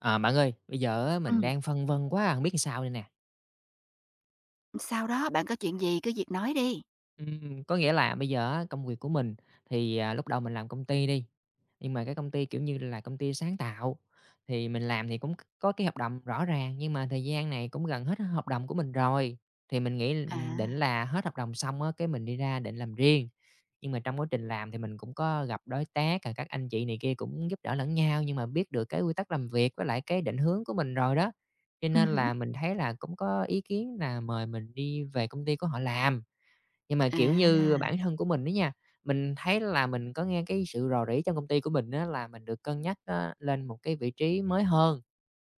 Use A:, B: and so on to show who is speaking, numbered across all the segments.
A: À, bạn ơi, bây giờ á mình
B: Ừm,
A: đang phân vân quá, không biết làm sao đây nè.
B: Sau đó bạn có chuyện gì cứ việc nói đi.
A: Có nghĩa là bây giờ á, công việc của mình thì, lúc đầu mình làm công ty đi, nhưng mà cái công ty, kiểu như là, công ty sáng tạo, thì mình làm thì cũng có cái hợp đồng rõ ràng, nhưng mà thời gian này cũng gần hết hợp đồng của mình rồi, thì mình nghĩ, định
B: À,
A: là hết hợp đồng xong á, cái mình đi ra định làm riêng. Nhưng mà trong quá trình làm thì mình cũng có gặp đối tác, rồi các anh chị này kia cũng giúp đỡ lẫn nhau, nhưng mà biết được cái quy tắc làm việc với lại cái định hướng của mình rồi đó, cho nên
B: hứm,
A: là mình thấy là cũng có ý kiến là mời mình đi về công ty của họ làm. Nhưng mà, kiểu như,
B: à,
A: bản thân của mình á nha, mình thấy là mình có nghe cái sự rò rỉ trong công ty của mình á là mình được cân nhắc á lên một cái vị trí mới hơn.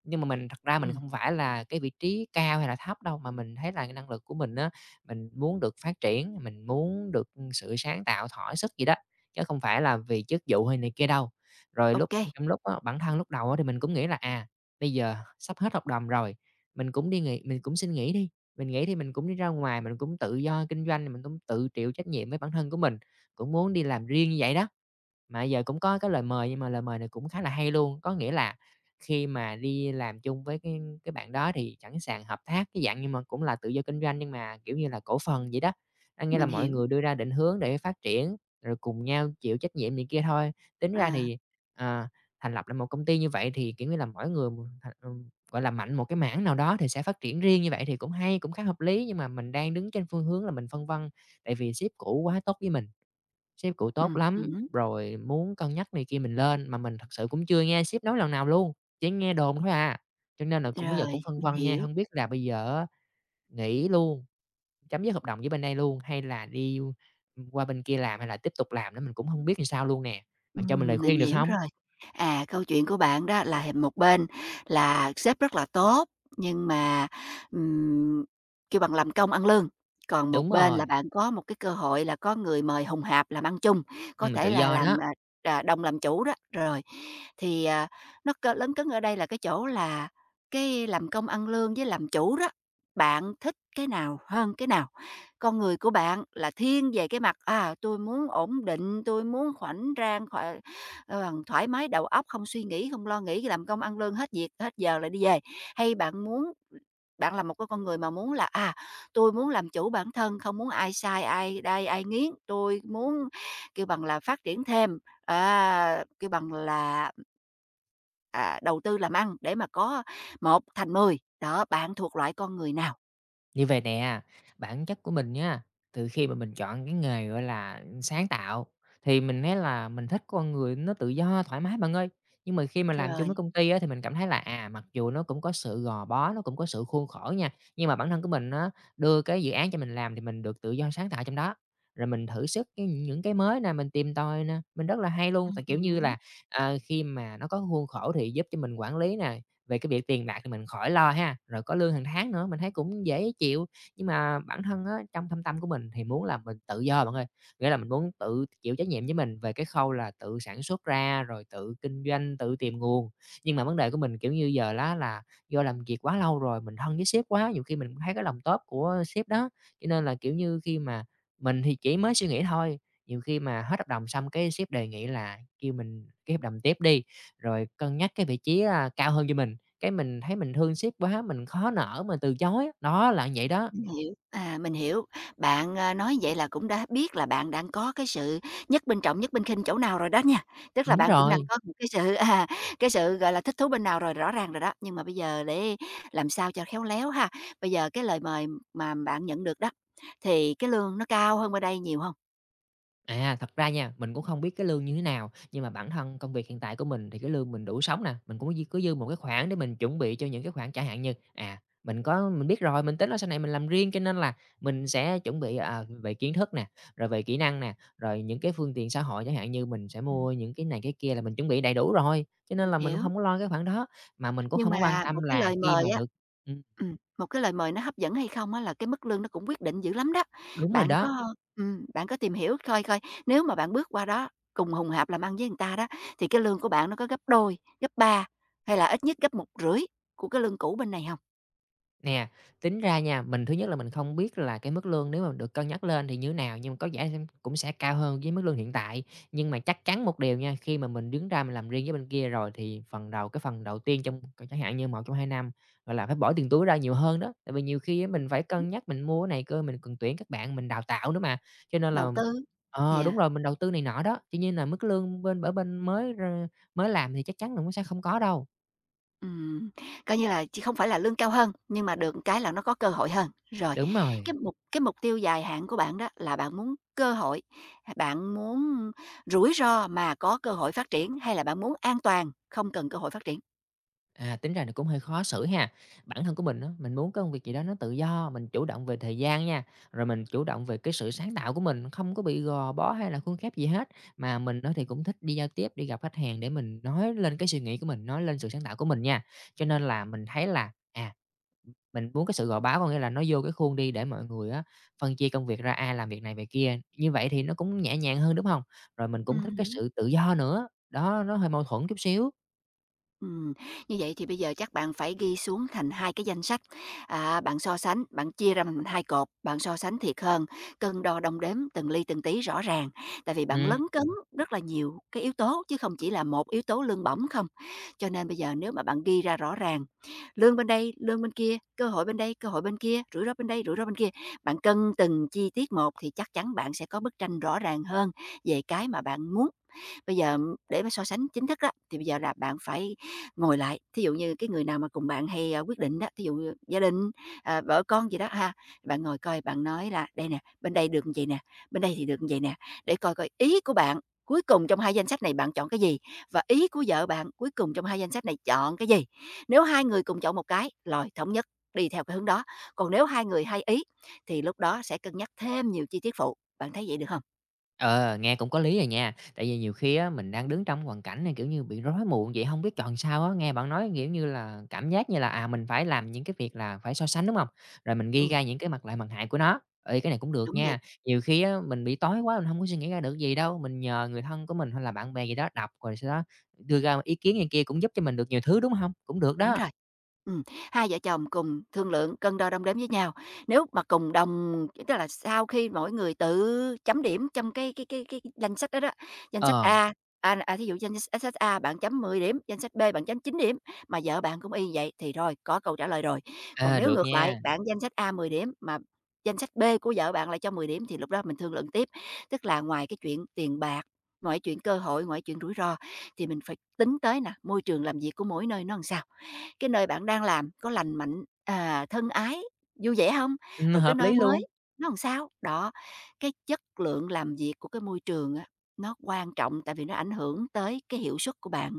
A: Nhưng mà mình thật ra mình
B: ừm,
A: không phải là cái vị trí cao hay là thấp đâu, mà mình thấy là cái năng lực của mình á, mình muốn được phát triển, mình muốn được sự sáng tạo, thỏa sức gì đó, chứ không phải là vì chức vụ hay này kia đâu. Rồi
B: ô kê,
A: trong lúc á, bản thân lúc đầu á, thì mình cũng nghĩ là, bây giờ sắp hết hợp đồng rồi, mình cũng đi nghỉ mình cũng xin nghỉ đi, mình nghỉ thì mình cũng đi ra ngoài, mình cũng tự do kinh doanh, mình cũng tự chịu trách nhiệm với bản thân của mình, cũng muốn đi làm riêng như vậy đó. Mà giờ cũng có cái lời mời, nhưng mà lời mời này cũng khá là hay luôn. Có nghĩa là khi mà đi làm chung với cái bạn đó thì sẵn sàng hợp tác, cái dạng nhưng mà cũng là tự do kinh doanh nhưng mà, kiểu như là, cổ phần vậy đó. Có nghĩa là
B: mình
A: mọi
B: hiểu.
A: người đưa ra định hướng để phát triển, rồi cùng nhau chịu trách nhiệm này kia thôi. Tính ra
B: À,
A: thì, ờ, thành lập lại một công ty như vậy thì, kiểu như là, mỗi người một thành gọi là, mạnh một cái mảng nào đó thì sẽ phát triển riêng như vậy thì cũng hay, cũng khá hợp lý. Nhưng mà mình đang đứng trên phương hướng là mình phân vân, tại vì sếp cũ quá tốt với mình. Sếp cụ tốt lắm,
B: hứm,
A: rồi muốn cân nhắc này kia mình lên, mà mình thật sự cũng chưa nghe sếp nói lần nào luôn, chỉ nghe đồn thôi à. Cho nên là cũng bây giờ cũng
B: rồi,
A: phân
B: mình
A: vân nha,
B: hiểu.
A: không biết là bây giờ á nghỉ luôn, chấm dứt hợp đồng với bên đây luôn, hay là đi, qua bên kia làm hay là tiếp tục làm nữa mình cũng không biết làm sao luôn nè. Bạn cho mình lời
B: Mình
A: khuyên được
B: hiểu
A: không?
B: rồi. À, câu chuyện của bạn đó là một bên là sếp rất là tốt, nhưng mà, ừm, kêu bằng làm công ăn lương, còn một
A: Đúng
B: bên
A: rồi,
B: là bạn có một cái cơ hội là có người mời hùng hạp làm ăn chung, có
A: mình tự
B: thể là
A: do
B: làm,
A: đó.
B: đồng làm chủ đó. Rồi, thì, nó lấn cấn ở đây là cái chỗ là cái làm công ăn lương với làm chủ đó, bạn thích cái nào hơn cái nào? Con người của bạn là thiên về cái mặt, tôi muốn ổn định, tôi muốn khoảnh rang, thoải mái đầu óc, không suy nghĩ, không lo nghĩ, làm công ăn lương, hết việc, hết giờ lại đi về. Hay bạn muốn bạn là một cái con người mà muốn là, tôi muốn làm chủ bản thân, không muốn ai sai, ai đai, ai nghiến, tôi muốn, kêu bằng là, phát triển thêm, kêu bằng là, đầu tư làm ăn để mà có một thành mười. Đó, bạn thuộc loại con người nào?
A: Như vầy nè, bản chất của mình nha, từ khi mà mình chọn cái nghề, gọi là, sáng tạo, thì mình thấy là mình thích con người nó tự do, thoải mái bạn ơi. Nhưng mà khi mà làm chung với
B: Trời.
A: công ty á, thì mình cảm thấy là, mặc dù nó cũng có sự gò bó, nó cũng có sự khuôn khổ nha, nhưng mà bản thân của mình nó đưa cái dự án cho mình làm thì mình được tự do sáng tạo trong đó. Rồi mình thử sức cái những cái mới nè, mình tìm tòi nè, mình rất là hay luôn. Tại, kiểu như
B: Ừm.
A: là, khi mà nó có khuôn khổ thì giúp cho mình quản lý nè, về cái việc tiền bạc thì mình khỏi lo ha, rồi có lương hàng tháng nữa, mình thấy cũng dễ chịu. Nhưng mà bản thân á, trong thâm tâm của mình thì muốn là mình tự do bạn ơi, nghĩa là mình muốn tự chịu trách nhiệm với mình về cái khâu là tự sản xuất ra, rồi tự kinh doanh, tự tìm nguồn. Nhưng mà vấn đề của mình, kiểu như, giờ lá là do làm việc quá lâu rồi, mình thân với sếp quá, nhiều khi mình cũng thấy cái lòng tốt của sếp đó, cho nên là, kiểu như, khi mà mình thì chỉ mới suy nghĩ thôi, nhiều khi mà hết hợp đồng xong cái sếp đề nghị là kêu mình ký hợp đồng tiếp đi, rồi cân nhắc cái vị trí, cao hơn cho mình. Cái mình thấy mình thương sếp quá, mình khó nở, mình từ chối á, đó là vậy đó.
B: Mình hiểu, à, mình hiểu. Bạn, nói vậy là cũng đã biết là bạn đang có cái sự nhất bên trọng, nhất bên khinh chỗ nào rồi đó nha. Tức là
A: Đúng
B: bạn cũng đang
A: rồi.
B: có một cái sự, gọi là, thích thú bên nào rồi, rõ ràng rồi đó. Nhưng mà bây giờ để làm sao cho khéo léo ha. Bây giờ cái lời mời mà bạn nhận được đó, thì cái lương nó cao hơn bên đây nhiều không?
A: À, thật ra nha, mình cũng không biết cái lương như thế nào, nhưng mà bản thân công việc hiện tại của mình thì cái lương mình đủ sống nè, mình cũng có dư một cái khoản để mình chuẩn bị cho những cái khoản chẳng hạn như, mình biết rồi, mình tính là sau này mình làm riêng cho nên là mình sẽ chuẩn bị, về kiến thức nè, rồi về kỹ năng nè, rồi những cái phương tiện xã hội chẳng hạn như mình sẽ
B: Ừm.
A: mua những cái này cái kia là mình chuẩn bị đầy đủ rồi, cho nên
B: Mình
A: là mình cũng
B: hiểu.
A: không có lo cái khoản đó. Mà mình cũng
B: Nhưng
A: không có quan
B: mà
A: tâm là khi mà được ừm,
B: một cái lời mời nó hấp dẫn hay không á là cái mức lương nó cũng quyết định dữ lắm đó.
A: đúng rồi
B: Bạn
A: đó.
B: có ừm, bạn có tìm hiểu coi coi nếu mà bạn bước qua đó cùng hùng hạp làm ăn với người ta đó, thì cái lương của bạn nó có gấp đôi, gấp 3 hay là ít nhất gấp một rưỡi của cái lương cũ bên này không?
A: Nè, tính ra nha, mình thứ nhất là mình không biết là cái mức lương nếu mà được cân nhắc lên thì như nào, nhưng mà có vẻ xem cũng sẽ cao hơn với mức lương hiện tại. Nhưng mà chắc chắn một điều nha, khi mà mình đứng ra mình làm riêng với bên kia rồi thì phần đầu cái phần đầu tiên trong chẳng hạn như một trong 2 năm, gọi là, phải bỏ tiền túi ra nhiều hơn đó. Tại vì nhiều khi á
B: Ừm,
A: mình phải cân nhắc mình mua cái này cơ, mình cần tuyển các bạn mình đào tạo nữa mà, cho nên
B: đầu
A: là
B: tư,
A: đúng
B: yeah.
A: rồi, mình đầu tư này nọ đó, tuy nhiên là mức lương bên mới mới làm thì chắc chắn là cũng sẽ không có đâu.
B: Ừm, Coi như là chỉ không phải là lương cao hơn, nhưng mà được cái là nó có cơ hội hơn. Rồi,
A: Đúng rồi.
B: cái mục tiêu dài hạn của bạn đó là bạn muốn cơ hội, bạn muốn rủi ro mà có cơ hội phát triển, hay là bạn muốn an toàn, không cần cơ hội phát triển?
A: À, tính ra nó cũng hơi khó xử ha. Bản thân của mình á, mình muốn cái công việc gì đó nó tự do, mình chủ động về thời gian nha, rồi mình chủ động về cái sự sáng tạo của mình, không có bị gò bó hay là khuôn khép gì hết. Mà mình á thì cũng thích đi giao tiếp, đi gặp khách hàng để mình nói lên cái suy nghĩ của mình, nói lên sự sáng tạo của mình nha. Cho nên là mình thấy là, mình muốn cái sự gò bó, có nghĩa là nó vô cái khuôn đi để mọi người á phân chia công việc ra ai làm việc này việc kia. Như vậy thì nó cũng nhẹ nhàng hơn, đúng không? Rồi mình cũng thích cái
B: Ừm.
A: sự tự do nữa, đó, nó hơi mâu thuẫn chút xíu.
B: Ừm, Như vậy thì bây giờ chắc bạn phải ghi xuống thành 2 cái danh sách, bạn so sánh, bạn chia ra thành 2 cột, bạn so sánh thiệt hơn, cân đo đong đếm từng ly từng tí rõ ràng. Tại vì bạn
A: Ừm.
B: lấn cấn rất là nhiều cái yếu tố chứ không chỉ là một yếu tố lương bổng không. Cho nên bây giờ nếu mà bạn ghi ra rõ ràng, lương bên đây, lương bên kia, cơ hội bên đây, cơ hội bên kia, rủi ro bên đây, rủi ro bên kia, bạn cân từng chi tiết một thì chắc chắn bạn sẽ có bức tranh rõ ràng hơn về cái mà bạn muốn. Bây giờ để mà so sánh chính thức đó thì bây giờ là bạn phải ngồi lại, thí dụ như cái người nào mà cùng bạn hay, quyết định đó, thí dụ như gia đình, vợ con gì đó ha, bạn ngồi coi bạn nói là "Đây nè, bên đây được như vậy nè, bên đây thì được như vậy nè", để coi coi ý của bạn cuối cùng trong hai danh sách này bạn chọn cái gì? Và ý của vợ bạn cuối cùng trong hai danh sách này chọn cái gì? Nếu hai người cùng chọn một cái, lồi thống nhất đi theo cái hướng đó, còn nếu hai người hai ý thì lúc đó sẽ cân nhắc thêm nhiều chi tiết phụ, bạn thấy vậy được không?
A: Ờ, nghe cũng có lý rồi nha. Tại vì nhiều khi á, mình đang đứng trong hoàn cảnh này, kiểu như, bị rối muộn vậy, không biết chọn sao á. Nghe bạn nói, kiểu như là, cảm giác như là, mình phải làm những cái việc là phải so sánh, đúng không? Rồi mình ghi
B: Ừm,
A: ra những cái mặt lợi mặt hại của nó. Ê, cái này cũng được
B: đúng vậy.
A: nha. Nhiều khi á, mình bị tối quá, mình không có suy nghĩ ra được gì đâu, mình nhờ người thân của mình hay là bạn bè gì đó đọc, rồi sau đó đưa ra ý kiến này kia cũng giúp cho mình được nhiều thứ, đúng không? Cũng được
B: Đúng
A: đó.
B: rồi. Ừm, Hai vợ chồng cùng thương lượng, cân đo đong đếm với nhau. Nếu mà cùng đồng tức là sau khi mỗi người tự chấm điểm trong cái danh sách đó đó, danh sách
A: Ờ,
B: A, thí dụ danh sách A bạn chấm 10 điểm, danh sách B bạn chấm 9 điểm, mà vợ bạn cũng y vậy thì rồi, có câu trả lời rồi. Còn
A: à,
B: nếu
A: được
B: ngược lại,
A: nha.
B: bạn danh sách A 10 điểm mà danh sách B của vợ bạn lại cho 10 điểm thì lúc đó mình thương lượng tiếp. Tức là ngoài cái chuyện tiền bạc, ngoài chuyện cơ hội, ngoài chuyện rủi ro thì mình phải tính tới nè, môi trường làm việc của mỗi nơi nó làm sao, cái nơi bạn đang làm có lành mạnh, thân ái, vui vẻ không? Rồi cái
A: Hợp lý
B: nơi
A: luôn.
B: mới nó làm sao? Đó, cái chất lượng làm việc của cái môi trường á, nó quan trọng tại vì nó ảnh hưởng tới cái hiệu suất của bạn,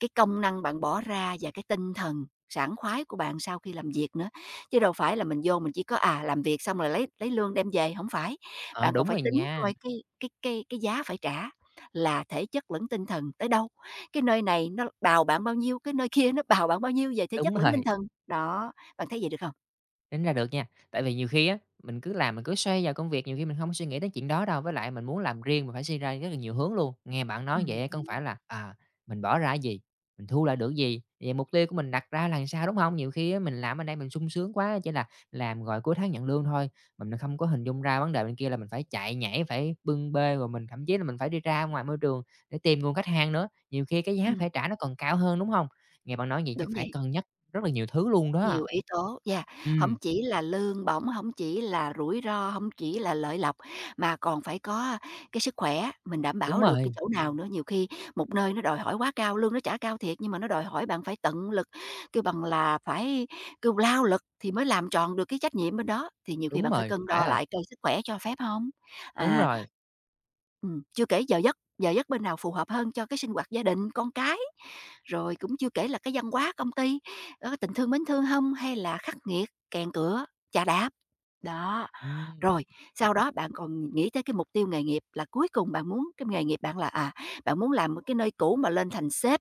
B: cái công năng bạn bỏ ra và cái tinh thần sảng khoái của bạn sau khi làm việc nữa. Chứ đâu phải là mình vô mình chỉ có, làm việc xong rồi lấy lương đem về, không phải.
A: Ờ,
B: Bạn còn
A: đúng
B: phải
A: rồi
B: tính
A: nha.
B: coi cái giá phải trả là thể chất lẫn tinh thần tới đâu. Cái nơi này nó bào bạn bao nhiêu, cái nơi kia nó bào bạn bao nhiêu về thể
A: Đúng
B: chất lẫn tinh
A: rồi.
B: thần. Đó, bạn thấy vậy được không?
A: Tính ra được nha, tại vì nhiều khi á, mình cứ làm mình cứ xoay vào công việc, nhiều khi mình hông suy nghĩ tới chuyện đó đâu, với lại mình muốn làm riêng mình phải suy ra rất là nhiều hướng luôn. Nghe bạn nói vậy á, có
B: Hứm,
A: phải là, mình bỏ ra cái gì, mình thu lại được gì, vậy mục tiêu của mình đặt ra là làm sao, đúng không? Nhiều khi á, mình làm ở đây mình sung sướng quá, chỉ là làm rồi cuối tháng nhận lương thôi, mình không có hình dung ra vấn đề bên kia là mình phải chạy nhảy, phải bưng bê, rồi mình thậm chí là mình phải đi ra ngoài môi trường để tìm nguồn khách hàng nữa, nhiều khi cái giá
B: ừm,
A: phải trả nó còn cao hơn, đúng không? Nghe bạn nói vậy chắc
B: đúng
A: phải
B: vậy.
A: cân nhắc rất là nhiều thứ luôn đó.
B: Nhiều yếu tố, dạ,
A: Ừ.
B: không chỉ là lương bổng, không chỉ là rủi ro, không chỉ là lợi lộc, mà còn phải có cái sức khỏe, mình đảm
A: Đúng
B: bảo được cái
A: rồi,
B: chỗ nào nữa. Nhiều khi một nơi nó đòi hỏi quá cao, lương nó trả cao thiệt nhưng mà nó đòi hỏi bạn phải tận lực, kêu bằng là phải kêu lao lực thì mới làm tròn được cái trách nhiệm bên đó, thì nhiều khi
A: đúng
B: bạn phải
A: rồi,
B: cân
A: phải
B: đo
A: rồi,
B: lại coi sức khỏe cho phép không?
A: đúng
B: À.
A: rồi.
B: Chưa kể giờ giấc. Giờ giấc bên nào phù hợp hơn cho cái sinh hoạt gia đình, con cái, rồi cũng chưa kể là cái văn hóa công ty, có tình thương mến thương không hay là khắc nghiệt, kèn cửa, chà đạp. Đó.
A: Ừm,
B: Rồi, sau đó bạn còn nghĩ tới cái mục tiêu nghề nghiệp là cuối cùng bạn muốn cái nghề nghiệp bạn là, bạn muốn làm một cái nơi cũ mà lên thành sếp,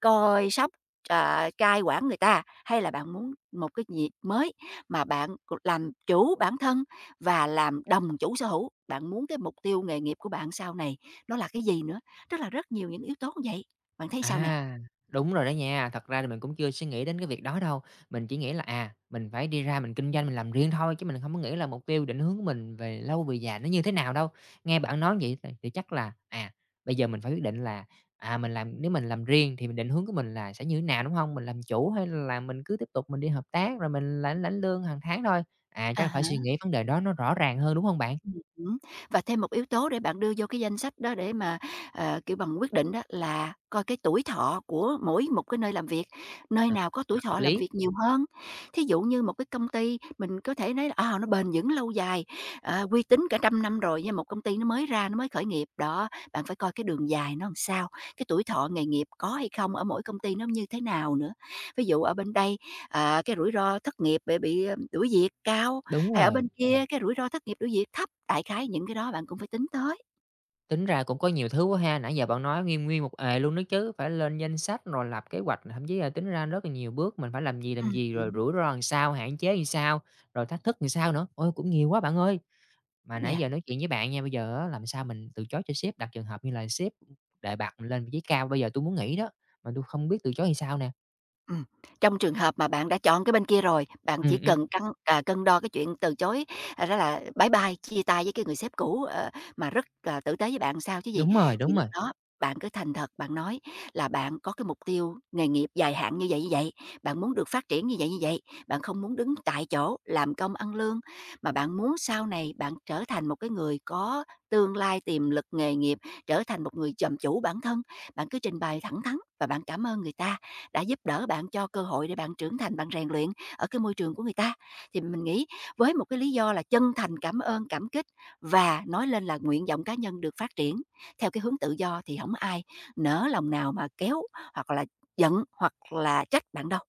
B: coi sóc, cai quản người ta, hay là bạn muốn một cái việc mới mà bạn làm chủ bản thân và làm đồng chủ sở hữu? Bạn muốn cái mục tiêu nghề nghiệp của bạn sau này nó là cái gì nữa? Tức là rất nhiều những yếu tố như vậy, bạn thấy sao nè?
A: à, đúng rồi đó nha. Thật ra thì mình cũng chưa suy nghĩ đến cái việc đó đâu, mình chỉ nghĩ là, mình phải đi ra mình kinh doanh mình làm riêng thôi, chứ mình không có nghĩ là mục tiêu định hướng của mình về lâu về dài nó như thế nào đâu. Nghe bạn nói vậy thì chắc là, bây giờ mình phải quyết định là, mình làm nếu mình làm riêng thì mình định hướng của mình là sẽ như thế nào, đúng không? Mình làm chủ hay là mình cứ tiếp tục mình đi hợp tác rồi mình lãnh lãnh lương hàng tháng thôi? À, chắc là
B: À,
A: phải suy nghĩ vấn đề đó nó rõ ràng hơn, đúng không bạn?
B: ừm hứm. Và thêm một yếu tố để bạn đưa vô cái danh sách đó để mà, kiểu bằng, quyết định đó là coi cái tuổi thọ của mỗi một cái nơi làm việc, nơi
A: À,
B: nào có tuổi
A: hợp
B: thọ làm
A: lý,
B: việc nhiều hơn. Thí dụ như một cái công ty mình có thể nói là, nó bền vững lâu dài, uy tín cả trăm năm rồi, nhưng một công ty nó mới ra, nó mới khởi nghiệp, đó, bạn phải coi cái đường dài nó làm sao, cái tuổi thọ nghề nghiệp có hay không, ở mỗi công ty nó như thế nào nữa. Ví dụ ở bên đây, cái rủi ro thất nghiệp, bị đuổi việc cao,
A: đúng
B: hay ở
A: rồi.
B: bên kia cái rủi ro thất nghiệp, đuổi việc thấp, đại khái những cái đó bạn cũng phải tính tới.
A: Tính ra cũng có nhiều thứ quá ha, nãy giờ bạn nói nguyên nguyên một ề luôn đó chứ, phải lên danh sách rồi lập kế hoạch, thậm chí là tính ra rất là nhiều bước mình phải làm gì, rồi
B: Hứm,
A: rủi ro làm sao, hạn chế làm sao, rồi thách thức làm sao nữa. Ôi, cũng nhiều quá bạn ơi! Mà nãy
B: yeah.
A: giờ nói chuyện với bạn nha, bây giờ á làm sao mình từ chối cho sếp, đặt trường hợp như là sếp đề bạt mình lên vị trí cao, bây giờ tôi muốn nghỉ đó, mà tôi không biết từ chối làm sao nè.
B: Ừm, Trong trường hợp mà bạn đã chọn cái bên kia rồi, bạn
A: Ừm,
B: chỉ
A: ừm,
B: cần cân đo cái chuyện từ chối, đó là bye bye, chia tay với cái người sếp cũ, mà rất là tử tế với bạn sao chứ gì.
A: đúng rồi,
B: Thì
A: đúng
B: lúc
A: rồi.
B: đó bạn cứ thành thật, bạn nói là bạn có cái mục tiêu nghề nghiệp dài hạn như vậy, bạn muốn được phát triển như vậy, bạn không muốn đứng tại chỗ làm công ăn lương, mà bạn muốn sau này bạn trở thành một cái người có tương lai, tiềm lực nghề nghiệp, trở thành một người làm chủ bản thân. Bạn cứ trình bày thẳng thắn và bạn cảm ơn người ta đã giúp đỡ bạn, cho cơ hội để bạn trưởng thành, bạn rèn luyện ở cái môi trường của người ta. Thì mình nghĩ với một cái lý do là chân thành cảm ơn, cảm kích và nói lên là nguyện vọng cá nhân được phát triển theo cái hướng tự do thì không ai nỡ lòng nào mà kéo hoặc là giận hoặc là trách bạn đâu.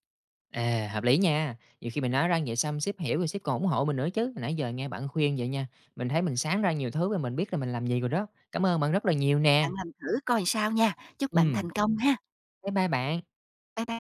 A: À, hợp lý nha. Nhiều khi mình nói ra vậy xong sếp hiểu rồi sếp còn ủng hộ mình nữa chứ. Hồi nãy giờ nghe bạn khuyên vậy nha. Mình thấy mình sáng ra nhiều thứ và mình biết là mình làm gì rồi đó. Cảm ơn bạn rất là nhiều
B: Bạn
A: nè.
B: làm thử coi sao nha, chúc
A: Ừ,
B: bạn thành công ha.
A: bye bye bạn.
B: Bye bye.